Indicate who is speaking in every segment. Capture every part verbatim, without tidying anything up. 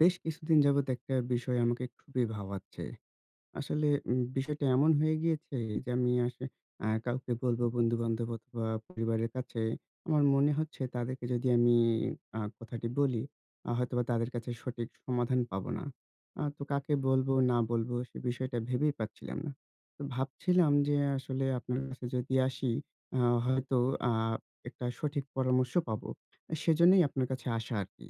Speaker 1: বেশ কিছুদিন যাবত একটা বিষয় আমাকে খুবই ভাবাচ্ছে। আসলে উম বিষয়টা এমন হয়ে গিয়েছে যে আমি আস আ কাউকে বলব বন্ধু-বান্ধব অথবা পরিবারের কাছে। আমার মনে হচ্ছে তাদেরকে যদি আমি আ কথাটি বলি, আ হয়তোবা তাদের কাছে সঠিক সমাধান পাবো না। আ তো কাকে বলব না বলব সে বিষয়টা ভেবেই পাচ্ছিলাম না। তো ভাবছিলাম যে আসলে আপনার কাছে যদি আসি আ হয়তো আ একটা সঠিক পরামর্শ পাবো। সেজন্যই আপনার কাছে আসা আরকি।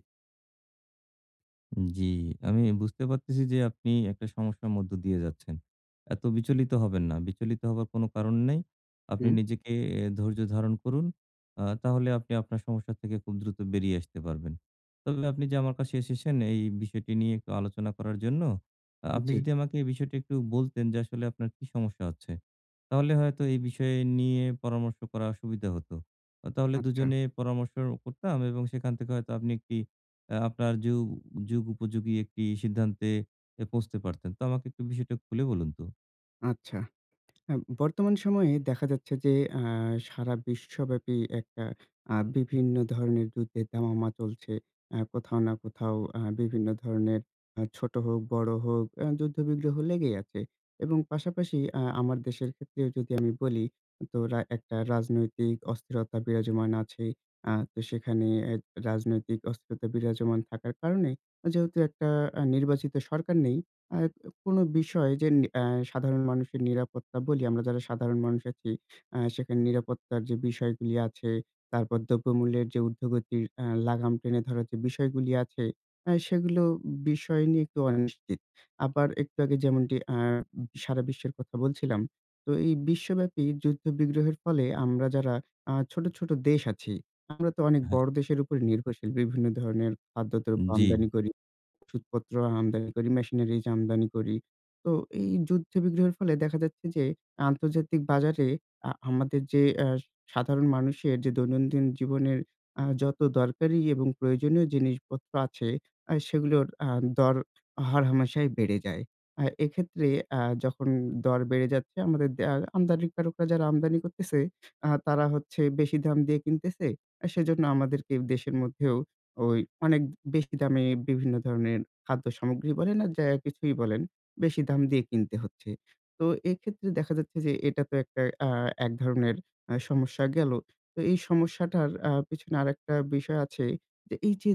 Speaker 2: জি, আমি বুঝতে পারতেছি যে আপনি একটা সমস্যার মধ্য দিয়ে যাচ্ছেন। এত বিচলিত হবেন না। বিচলিত হবার কোনো কারণ নেই। আপনি
Speaker 1: হুম,
Speaker 2: নিজেকে এ ধৈর্য ধারণ করুন। আ তাহলে আপনি আপনার সমস্যা থেকে খুব দ্রুত বেরিয়ে আসতে পারবেন। তবে আপনি যে আমার কাছে এসেছেন এই বিষয়টি নিয়ে একটু আলোচনা করার জন্য, আ আপনি
Speaker 1: জি,
Speaker 2: যদি আমাকে এই বিষয়টি একটু বলতেন যে আসলে আপনার কি সমস্যা হচ্ছে? তাহলে হয়তো এই বিষয় নিয়ে পরামর্শ করা সুবিধা হতো। আ তাহলে
Speaker 1: আচ্ছা।
Speaker 2: দুজনে পরামর্শ করতাম এবং সেখান থেকে হয়তো আপনি একটি আ আপনার যুগ যুগ উপযোগী একটি সিদ্ধান্তে এ পৌঁছতে পারতেন। তো আমাকে একটু বিষয়টা খুলে বলুন তো?
Speaker 1: আচ্ছা। আ বর্তমান সময়ে দেখা যাচ্ছে যে আ সারা বিশ্বব্যাপী একটা আ বিভিন্ন ধরনের যুদ্ধের দামামা চলছে। আ কোথাও না কোথাও আ বিভিন্ন ধরনের আ ছোট হোক, বড় হোক আ যুদ্ধ-বিগ্রহ লেগেই আছে। এবং পাশাপাশি আ আমার দেশের ক্ষেত্রেও যদি আমি বলি তো রা একটা রাজনৈতিক অস্থিরতা বিরাজমান আছে। আ তো সেখানে এ রাজনৈতিক অস্থিরতা বিরাজমান থাকার কারণে যেহেতু একটা আ নির্বাচিত সরকার নেই, আ কোনো বিষয় যে নি অ্যা সাধারণ মানুষের নিরাপত্তা বলি, আমরা যারা সাধারণ মানুষ আছি, আ সেখানে নিরাপত্তার যে বিষয়গুলি আছে, তারপর দ্রব্যমূল্যের যে ঊর্ধ্বগতির আ লাগাম টেনে ধরার যে বিষয়গুলি আছে, আ সেগুলো বিষয় নিয়ে একটু অনিশ্চিত। আবার একটু আগে যেমনটি আ সারা বিশ্বের কথা বলছিলাম। তো এই বিশ্বব্যাপী যুদ্ধ-বিগ্রহের ফলে আমরা যারা আ ছোট, ছোট দেশ আছি, আমরা তো অনেক
Speaker 2: হ্যাঁ।
Speaker 1: বড় দেশের উপর নির্ভরশীল। বিভিন্ন ধরনের খাদ্যদ্রব্য
Speaker 2: জি।
Speaker 1: আমদানি করি। ওষুধপত্র আমদানি করি, মেশিনারিজ আমদানি করি। তো এই যুদ্ধ-বিগ্রহের ফলে দেখা যাচ্ছে যে আন্তর্জাতিক বাজারে আ আমাদের যে আ সাধারণ মানুষের যে দৈনন্দিন জীবনের আ যত দরকারি এবং প্রয়োজনীয় জিনিসপত্র আছে আ সেগুলোর আ দর হরহামেশাই বেড়ে যায়। আ এক্ষেত্রে আ যখন দর বেড়ে যাচ্ছে আমাদের দে আ আমদানিকারকরা যারা আমদানি করতেছে আ তারা হচ্ছে বেশি দাম দিয়ে কিনতেছে। আ সেজন্য আমাদেরকে দেশের মধ্যেও ওই অনেক বেশি দামে বিভিন্ন ধরনের খাদ্য সামগ্রী বলেন আর যা কিছুই বলেন, বেশি দাম দিয়ে কিনতে হচ্ছে। তো এক্ষেত্রে দেখা যাচ্ছে যে এটা তো একটা আ এক ধরনের আ সমস্যা গেল। তো এই সমস্যাটার আ পেছনে আরেকটা বিষয় আছে যে এই যে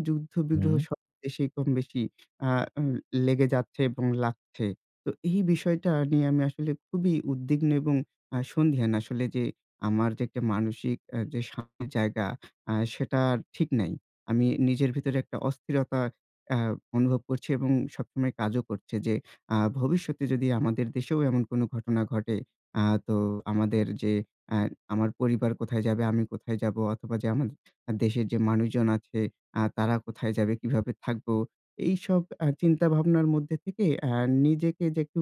Speaker 2: হুম।
Speaker 1: যুদ্ধ-বিগ্রহ সব দেশেই কম-বেশি আ উ লেগে যাচ্ছে এবং লাগছে। তো এই বিষয়টা নিয়ে আমি আসলে খুবই উদ্বিগ্ন এবং আ সন্দিহান আসলে যে আমার যে একটা মানসিক আ যে শান্তির জায়গা আ সেটা আর ঠিক নাই। আমি নিজের ভিতরে একটা অস্থিরতা আ অনুভব করছি এবং সবসময় কাজও করছে যে আ ভবিষ্যতে যদি আমাদের দেশেও এমন কোনো ঘটনা ঘটে, আ তো আমাদের যে আ আমার পরিবার কোথায় যাবে, আমি কোথায় যাবো অথবা যে আমার দেশের যে মানুষজন আছে আ তারা কোথায় যাবে, কিভাবে থাকবো? এইসব আ চিন্তাভাবনার মধ্যে থেকে আ নিজেকে যে একটু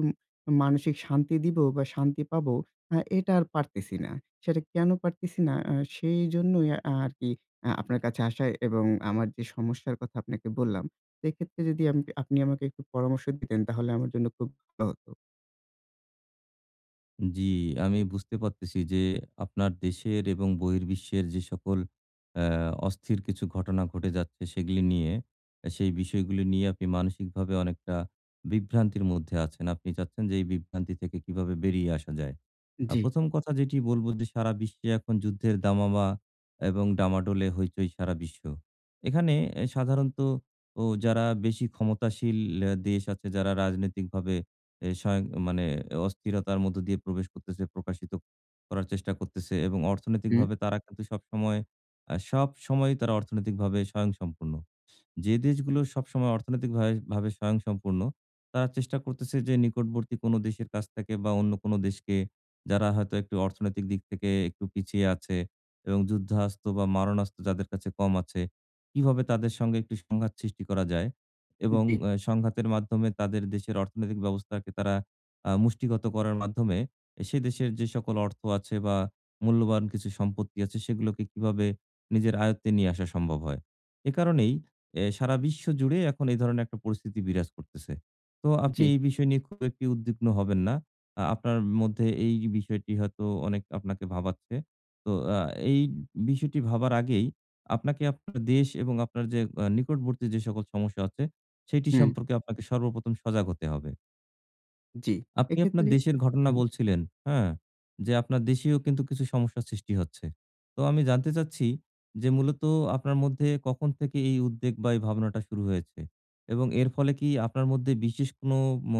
Speaker 1: মানসিক শান্তি দিব বা শান্তি পাবো আ এটা আর পারতেছি না। সেটা কেন পারতেছি না আহ, সেই জন্যই আ সেইজন্যই আরকি আ আপনার কাছে আসা এবং আমার যে সমস্যার কথা আপনাকে বললাম, সেক্ষেত্রে যদি আম আপনি আমাকে একটু পরামর্শ দিতেন তাহলে আমার জন্য খুব ভালো হতো।
Speaker 2: জি, আমি বুঝতে পারতেছি যে আপনার দেশের এবং বহির্বিশ্বের যে সকল আ অস্থির কিছু ঘটনা ঘটে যাচ্ছে সেগুলি নিয়ে, সেই বিষয়গুলি নিয়ে আপনি মানসিকভাবে অনেকটা বিভ্রান্তির মধ্যে আছেন। আপনি চাচ্ছেন যে এই বিভ্রান্তি থেকে কিভাবে বেরিয়ে আসা যায়। আ
Speaker 1: জি,
Speaker 2: প্রথম কথা যেটি বলব যে সারা বিশ্বে এখন যুদ্ধের দামামা এবং ডামাডোলে হইচই সারা বিশ্ব। এখানে এ সাধারণত ও যারা বেশি ক্ষমতাশীল আ দেশ আছে, যারা রাজনৈতিকভাবে এ স্বয়ং মানে অস্থিরতার মধ্য দিয়ে প্রবেশ করতেছে, প্রকাশিত করার চেষ্টা করতেছে এবং
Speaker 1: হুম,
Speaker 2: অর্থনৈতিকভাবে তারা কিন্তু সবসময় আ সবসময়ই তারা অর্থনৈতিকভাবে স্বয়ংসম্পূর্ণ। যে দেশগুলো সবসময় অর্থনৈতিকভাবে ভাবে স্বয়ংসম্পূর্ণ, তারা চেষ্টা করতেছে যে নিকটবর্তী কোনো দেশের কাছ থেকে বা অন্য কোনো দেশকে যারা হয়তো একটু অর্থনৈতিক দিক থেকে একটু পিছিয়ে আছে এবং যুদ্ধাস্ত্র বা মারণাস্ত্র যাদের কাছে কম আছে, কিভাবে তাদের সঙ্গে একটি সংঘাত সৃষ্টি করা যায় এবং
Speaker 1: জি,
Speaker 2: আ সংঘাতের মাধ্যমে তাদের দেশের অর্থনৈতিক ব্যবস্থাকে তারা আ মুষ্টিগত করার মাধ্যমে সে দেশের যে সকল অর্থ আছে বা মূল্যবান কিছু সম্পত্তি আছে সেগুলোকে কিভাবে নিজের আয়ত্তে নিয়ে আসা সম্ভব হয়। এ কারণেই এ সারা বিশ্ব জুড়ে এখন এই ধরনের একটা পরিস্থিতি বিরাজ করতেছে। তো আপনি
Speaker 1: জি,
Speaker 2: এই বিষয় নিয়ে খুব একটি উদ্বিগ্ন হবেন না। আ আপনার মধ্যে এই বিষয়টি হয়তো অনেক আপনাকে ভাবাচ্ছে। তো আ এই বিষয়টি ভাবার আগেই আপনাকে আপনার দেশ এবং আপনার যে আ নিকটবর্তী যে সকল সমস্যা আছে, সেটি
Speaker 1: হুম,
Speaker 2: সম্পর্কে আপনাকে সর্বপ্রথম সজাগ হতে হবে।
Speaker 1: জি।
Speaker 2: আপনি আপনার
Speaker 1: এক্ষেত্রে
Speaker 2: দেশের ঘটনা
Speaker 1: হুম,
Speaker 2: বলছিলেন, হ্যাঁ? যে আপনার দেশেও কিন্তু কিছু সমস্যার সৃষ্টি হচ্ছে। তো আমি জানতে চাচ্ছি যে মূলত আপনার মধ্যে কখন থেকে এই উদ্বেগ বা এই ভাবনাটা শুরু হয়েছে? এবং এর ফলে কি আপনার মধ্যে বিশেষ কোনো ম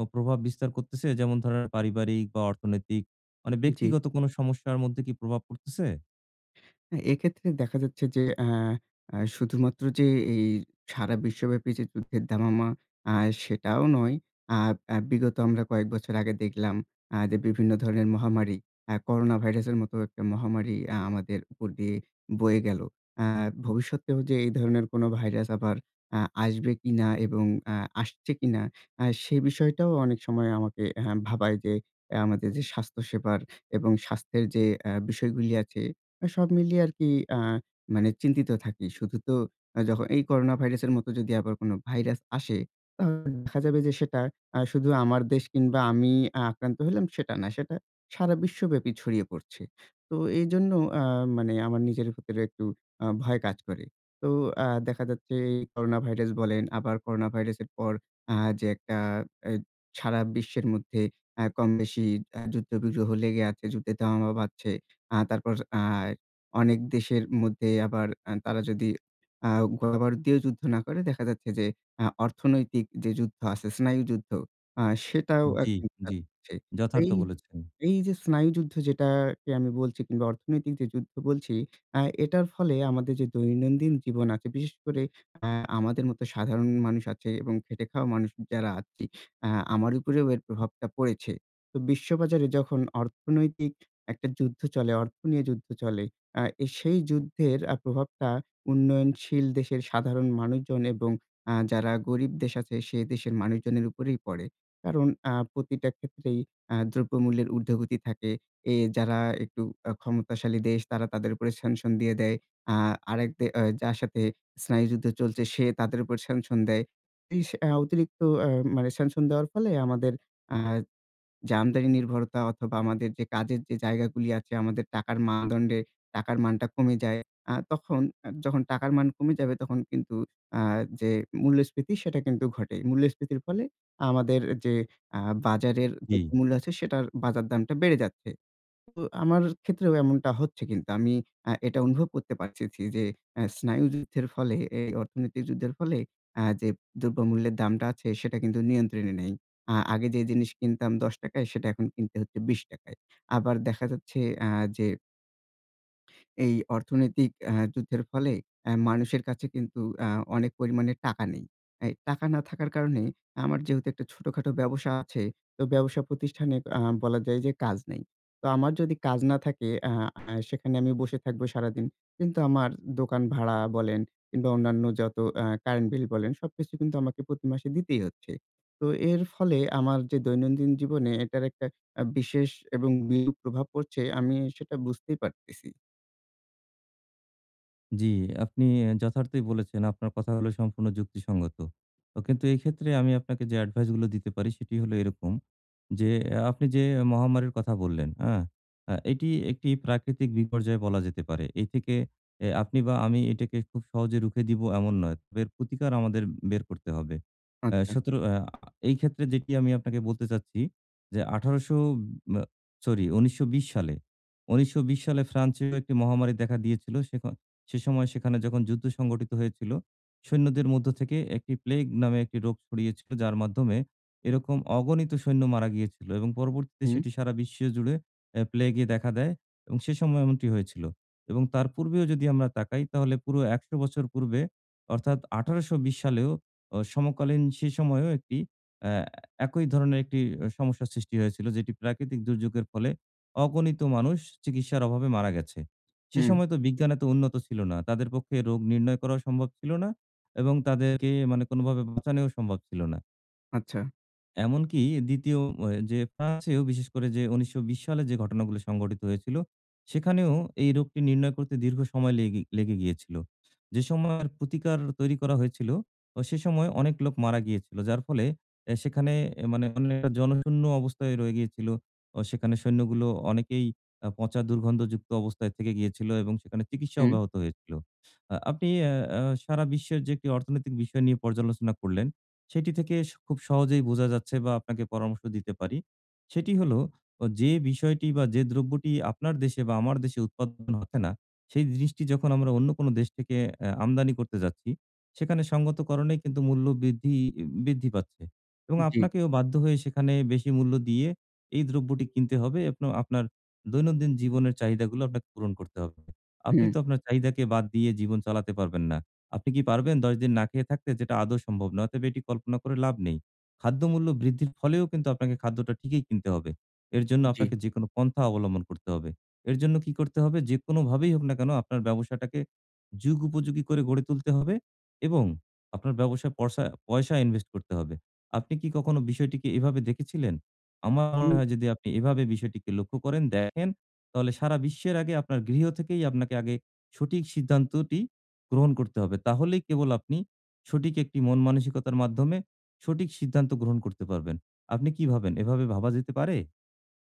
Speaker 2: ও প্রভাব বিস্তার করতেছে? যেমন ধরেন পারিবারিক বা অর্থনৈতিক মানে
Speaker 1: জি।
Speaker 2: ব্যক্তিগত কোনো সমস্যার মধ্যে কি প্রভাব পড়তেছে?
Speaker 1: হ্যাঁ, এক্ষেত্রে দেখা যাচ্ছে যে আ আ শুধুমাত্র যে এই সারা বিশ্বব্যাপী যে যুদ্ধের দামামা আ সেটাও নয়। আ আ বিগত আমরা কয়েক বছর আগে দেখলাম আ যে বিভিন্ন ধরনের মহামারী, আ করোনা ভাইরাসের মতো একটা মহামারী আ আমাদের উপর দিয়ে বয়ে গেল। আ ভবিষ্যতেও যে এই ধরনের কোনো ভাইরাস আবার আ আসবে কিনা এবং আ আসছে কিনা আ সে বিষয়টাও অনেক সময় আমাকে হ্যাঁ, ভাবায় যে আহ, আমাদের যে স্বাস্থ্যসেবার এবং স্বাস্থ্যের যে আ বিষয়গুলি আছে সব মিলিয়ে আরকি আ মানে চিন্তিত থাকি। শুধু তো আ যখন এই করোনা ভাইরাসের মতো যদি আবার কোন ভাইরাস আসে, দেখা যাবে যে সেটা আ শুধু আমার দেশ কিংবা আমি আ আক্রান্ত হইলাম সেটা না, সেটা সারা বিশ্বব্যাপী ছড়িয়ে পড়ছে। তো এইজন্য আ মানে আমার নিজের ভেতরে একটু আ ভয় কাজ করে। তো আ দেখা যাচ্ছে এই করোনা ভাইরাস বলেন, আবার করোনা ভাইরাসের পর আ যে একটা এ সারা বিশ্বের মধ্যে আ কম-বেশি আ যুদ্ধ-বিগ্রহ লেগে আছে, যুদ্ধের দামামা বাজছে। আ তারপর আ অনেক দেশের মধ্যে আবার আ তারা যদি আ গোলাবারুদ দিয়েও যুদ্ধ না করে দেখা যাচ্ছে যে আ অর্থনৈতিক যে যুদ্ধ আছে, স্নায়ুযুদ্ধ আ সেটাও আ
Speaker 2: জি,
Speaker 1: কিন্তু তারা
Speaker 2: জি।
Speaker 1: করছে।
Speaker 2: যথার্থ
Speaker 1: এই
Speaker 2: বলেছেন।
Speaker 1: এই যে স্নায়ুযুদ্ধ যেটাকে আমি বলছি কিংবা অর্থনৈতিক যে যুদ্ধ বলছি, আ এটার ফলে আমাদের যে দৈনন্দিন জীবন আছে, বিশেষ করে আ আমাদের মতো সাধারণ মানুষ আছে এবং খেটে খাওয়া মানুষ যারা আছি, আ আমার উপরেও এর প্রভাবটা পড়েছে। তো বিশ্ববাজারে যখন অর্থনৈতিক একটা যুদ্ধ চলে, অর্থ নিয়ে যুদ্ধ চলে, আ এ সেই যুদ্ধের আ প্রভাবটা উন্নয়নশীল দেশের সাধারণ মানুষজন এবং আ যারা গরিব দেশ আছে সে দেশের মানুষজনের উপরেই পড়ে। কারণ আ প্রতিটা ক্ষেত্রেই আ দ্রব্যমূল্যের ঊর্ধ্বগতি থাকে। এ যারা একটু আ ক্ষমতাশালী দেশ তারা তাদের উপরে স্যাংশন দিয়ে দেয়। আ আরেক দে আ যার সাথে স্নায়ুযুদ্ধ চলছে সে তাদের উপর স্যাংশন দেয়। ইস আ অতিরিক্ত আ মানে স্যাংশন দেওয়ার ফলে আমাদের আ যে আমদানি নির্ভরতা অথবা আমাদের যে কাজের যে জায়গাগুলি আছে, আমাদের টাকার মানদণ্ডে টাকার মানটা কমে যায়। আ তখন আ যখন টাকার মান কমে যাবে তখন কিন্তু আ যে মূল্যস্ফীতি সেটা কিন্তু ঘটে। মূল্যস্ফীতির ফলে আমাদের যে আ বাজারের
Speaker 2: জি।
Speaker 1: দ্রব্যমূল্য আছে সেটার বাজার দামটা বেড়ে যাচ্ছে। তো আমার ক্ষেত্রেও এমনটা হচ্ছে কিন্তু আমি আ এটা অনুভব করতে পারতেছি যে আ স্নায়ুযুদ্ধের ফলে এই অর্থনৈতিক যুদ্ধের ফলে আ যে দ্রব্যমূল্যের দামটা আছে সেটা কিন্তু নিয়ন্ত্রণে নেই। আ আগে যে জিনিস কিনতাম ৳দশ টাকা সেটা এখন কিনতে হচ্ছে ৳বিশ টাকা। আবার দেখা যাচ্ছে আ যে এই অর্থনৈতিক আ যুদ্ধের ফলে অ্যা মানুষের কাছে কিন্তু আ অনেক পরিমাণে টাকা নেই। এই টাকা না থাকার কারণে আমার যেহেতু একটা ছোটখাটো ব্যবসা আছে, তো ব্যবসা প্রতিষ্ঠানে আ বলা যায় যে কাজ নেই। তো আমার যদি কাজ না থাকে আ আ সেখানে আমি বসে থাকবো সারাদিন। কিন্তু আমার দোকান ভাড়া বলেন কিংবা অন্যান্য যত আ কারেন্ট বিল বলেন সবকিছু কিন্তু আমাকে প্রতি মাসে দিতেই হচ্ছে। তো এর ফলে আমার যে দৈনন্দিন জীবনে এটার একটা আ বিশেষ এবং বিরূপ প্রভাব পড়ছে আমি সেটা বুঝতেই পারতেছি।
Speaker 2: জি, আপনি যথার্থই বলেছেন। আপনার কথাগুলো সম্পূর্ণ যুক্তিসঙ্গত। তো কিন্তু এই ক্ষেত্রে আমি আপনাকে যে এডভাইস গুলো দিতে পারি সেটি হলো এরকম যে, আ আপনি যে মহামারীর কথা বললেন, হ্যাঁ? আ এটি একটি প্রাকৃতিক বিপর্যয় বলা যেতে পারে। এই থেকে এ আপনি বা আমি এটাকে খুব সহজে রুখে দিব এমন নয়। তবে এর প্রতিকার আমাদের বের করতে হবে। আ
Speaker 1: আচ্ছা।
Speaker 2: সতেরো আ এই ক্ষেত্রে যেটি আমি আপনাকে বলতে চাচ্ছি যে আঠারোশো মা সরি উনিশশো বিশ সালে উনিশশো বিশ সালে ফ্রান্সেও একটি মহামারী দেখা দিয়েছিল। সেখ সে সময় সেখানে যখন যুদ্ধ সংগঠিত হয়েছিল, সৈন্যদের মধ্য থেকে একটি প্লেগ নামে একটি রোগ ছড়িয়েছিল, যার মাধ্যমে এরকম অগণিত সৈন্য মারা গিয়েছিল এবং পরবর্তীতে
Speaker 1: হুম,
Speaker 2: সেটি সারা বিশ্ব জুড়ে অ্যা প্লেগে দেখা দেয় এবং সে সময় এমনটি হয়েছিল। এবং তার পূর্বেও যদি আমরা তাকাই তাহলে পুরো একশো বছর পূর্বে অর্থাৎ আঠারোশো বিশ সালেও অ সমকালীন সে সময়েও একটি অ্যা একই ধরনের একটি অ সমস্যার সৃষ্টি হয়েছিল, যেটি প্রাকৃতিক দুর্যোগের ফলে অগণিত মানুষ চিকিৎসার অভাবে মারা গেছে। সে
Speaker 1: হুম,
Speaker 2: সময় তো বিজ্ঞান এত উন্নত ছিল না। তাদের পক্ষে রোগ নির্ণয় করাও সম্ভব ছিল না এবং তাদেরকে মানে কোনভাবে বাঁচানোও সম্ভব ছিল না।
Speaker 1: আচ্ছা।
Speaker 2: এমনকি দ্বিতীয় অ যে ফ্রান্সেও বিশেষ করে যে উনিশশো বিশ সালে যে ঘটনাগুলো সংঘটিত হয়েছিল, সেখানেও এই রোগটি নির্ণয় করতে দীর্ঘ সময় লেগে লেগে গিয়েছিল। যে সময়ের প্রতিকার তৈরি করা হয়েছিল, ও সে সময় অনেক লোক মারা গিয়েছিল। যার ফলে এ সেখানে এ মানে অনেকটা জনশূন্য অবস্থায় রয়ে গিয়েছিল। ও সেখানে সৈন্যগুলো অনেকেই আ পচা দুর্গন্ধযুক্ত অবস্থায় থেকে গিয়েছিল এবং সেখানে চিকিৎসা
Speaker 1: হুম,
Speaker 2: অব্যাহত হয়েছিল। আ আপনি অ্যা আ সারা বিশ্বের যে একটি অর্থনৈতিক বিষয় নিয়ে পর্যালোচনা করলেন। সেটি থেকে স খুব সহজেই বোঝা যাচ্ছে বা আপনাকে পরামর্শ দিতে পারি। সেটি হলো অ যে বিষয়টি বা যে দ্রব্যটি আপনার দেশে বা আমার দেশে উৎপাদন হচ্ছে না, সেই জিনিসটি যখন আমরা অন্য কোনো দেশ থেকে অ্যা আমদানি করতে যাচ্ছি, সেখানে সঙ্গত কারণেই কিন্তু মূল্য বৃদ্ধি ই বৃদ্ধি পাচ্ছে এবং
Speaker 1: জি,
Speaker 2: আপনাকেও বাধ্য হয়ে সেখানে বেশি মূল্য দিয়ে এই দ্রব্যটি কিনতে হবে এবং আপনার দৈনন্দিন জীবনের চাহিদাগুলো আপনাকে পূরণ করতে হবে। আপনি
Speaker 1: হুম,
Speaker 2: তো আপনার চাহিদাকে বাদ দিয়ে জীবন চালাতে পারবেন না। আপনি কি পারবেন দশ দিন না খেয়ে থাকতে? যেটা আদৌ সম্ভব না। অতএব এটি কল্পনা করে লাভ নেই। খাদ্যমূল্য বৃদ্ধির ফলেও কিন্তু আপনাকে খাদ্যটা ঠিকই কিনতে হবে। এর জন্য
Speaker 1: জি।
Speaker 2: আপনাকে যেকোনো পন্থা অবলম্বন করতে হবে। এর জন্য কি করতে হবে? যেকোনোভাবেই হোক না কেন আপনার ব্যবসাটাকে যুগ উপযোগী করে গড়ে তুলতে হবে এবং আপনার ব্যবসায় পরসা পয়সা ইনভেস্ট করতে হবে। আপনি কি কখনো বিষয়টিকে এভাবে দেখেছিলেন? আমার মনে হয় যদি আপনি এভাবে বিষয়টিকে লক্ষ্য করেন, দেখেন, তাহলে সারা বিশ্বের আগে আপনার গৃহ থেকেই আপনাকে আগে সঠিক সিদ্ধান্তটি গ্রহণ করতে হবে। তাহলেই কেবল আপনি সঠিক একটি মন মানসিকতার মাধ্যমে সঠিক সিদ্ধান্ত গ্রহণ করতে পারবেন। আপনি কি ভাবেন? এভাবে ভাবা যেতে পারে?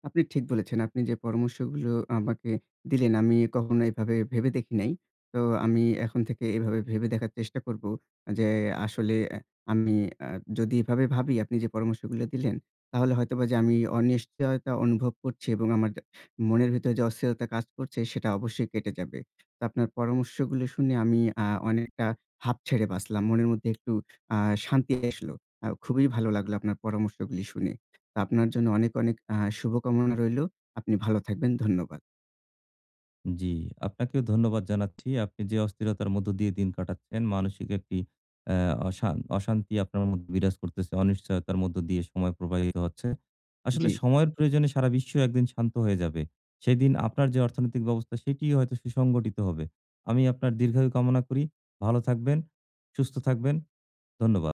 Speaker 1: আপনি ঠিক বলেছেন। আপনি যে পরামর্শগুলো আমাকে দিলেন, আমি কখনো এভাবে ভেবে দেখি নাই। তো আমি এখন থেকে এভাবে ভেবে দেখার চেষ্টা করব যে আসলে অ্যা আমি আ যদি এভাবে ভাবি আপনি যে পরামর্শগুলো দিলেন, তাহলে হয়তোবা যে আমি অনিশ্চয়তা অনুভব করছি এবং আমার মনের ভিতরে যে অস্থিরতা কাজ করছে সেটা অবশ্যই কেটে যাবে। তো আপনার পরামর্শগুলো শুনে আমি আ অনেকটা হাঁপ ছেড়ে বাঁচলাম। মনের মধ্যে একটু আ শান্তি আসলো। আ খুবই ভালো লাগলো আপনার পরামর্শগুলি শুনে। আপনার জন্য অনেক, অনেক আ শুভকামনা রইলো। আপনি ভালো থাকবেন। ধন্যবাদ।
Speaker 2: জি, আপনাকেও ধন্যবাদ জানাচ্ছি। আপনি যে অস্থিরতার মধ্য দিয়ে দিন কাটাচ্ছেন, মানসিক একটি অ্যা অশান অশান্তি আপনার মধ্যে বিরাজ করতেছে, অনিশ্চয়তার মধ্য দিয়ে সময় প্রবাহিত হচ্ছে। আসলে
Speaker 1: জি।
Speaker 2: সময়ের প্রয়োজনে সারা বিশ্ব একদিন শান্ত হয়ে যাবে। সেদিন আপনার যে অর্থনৈতিক ব্যবস্থা সেটিই হয়তো সুসংগঠিত হবে। আমি আপনার দীর্ঘায়ু কামনা করি। ভালো থাকবেন, সুস্থ থাকবেন। ধন্যবাদ।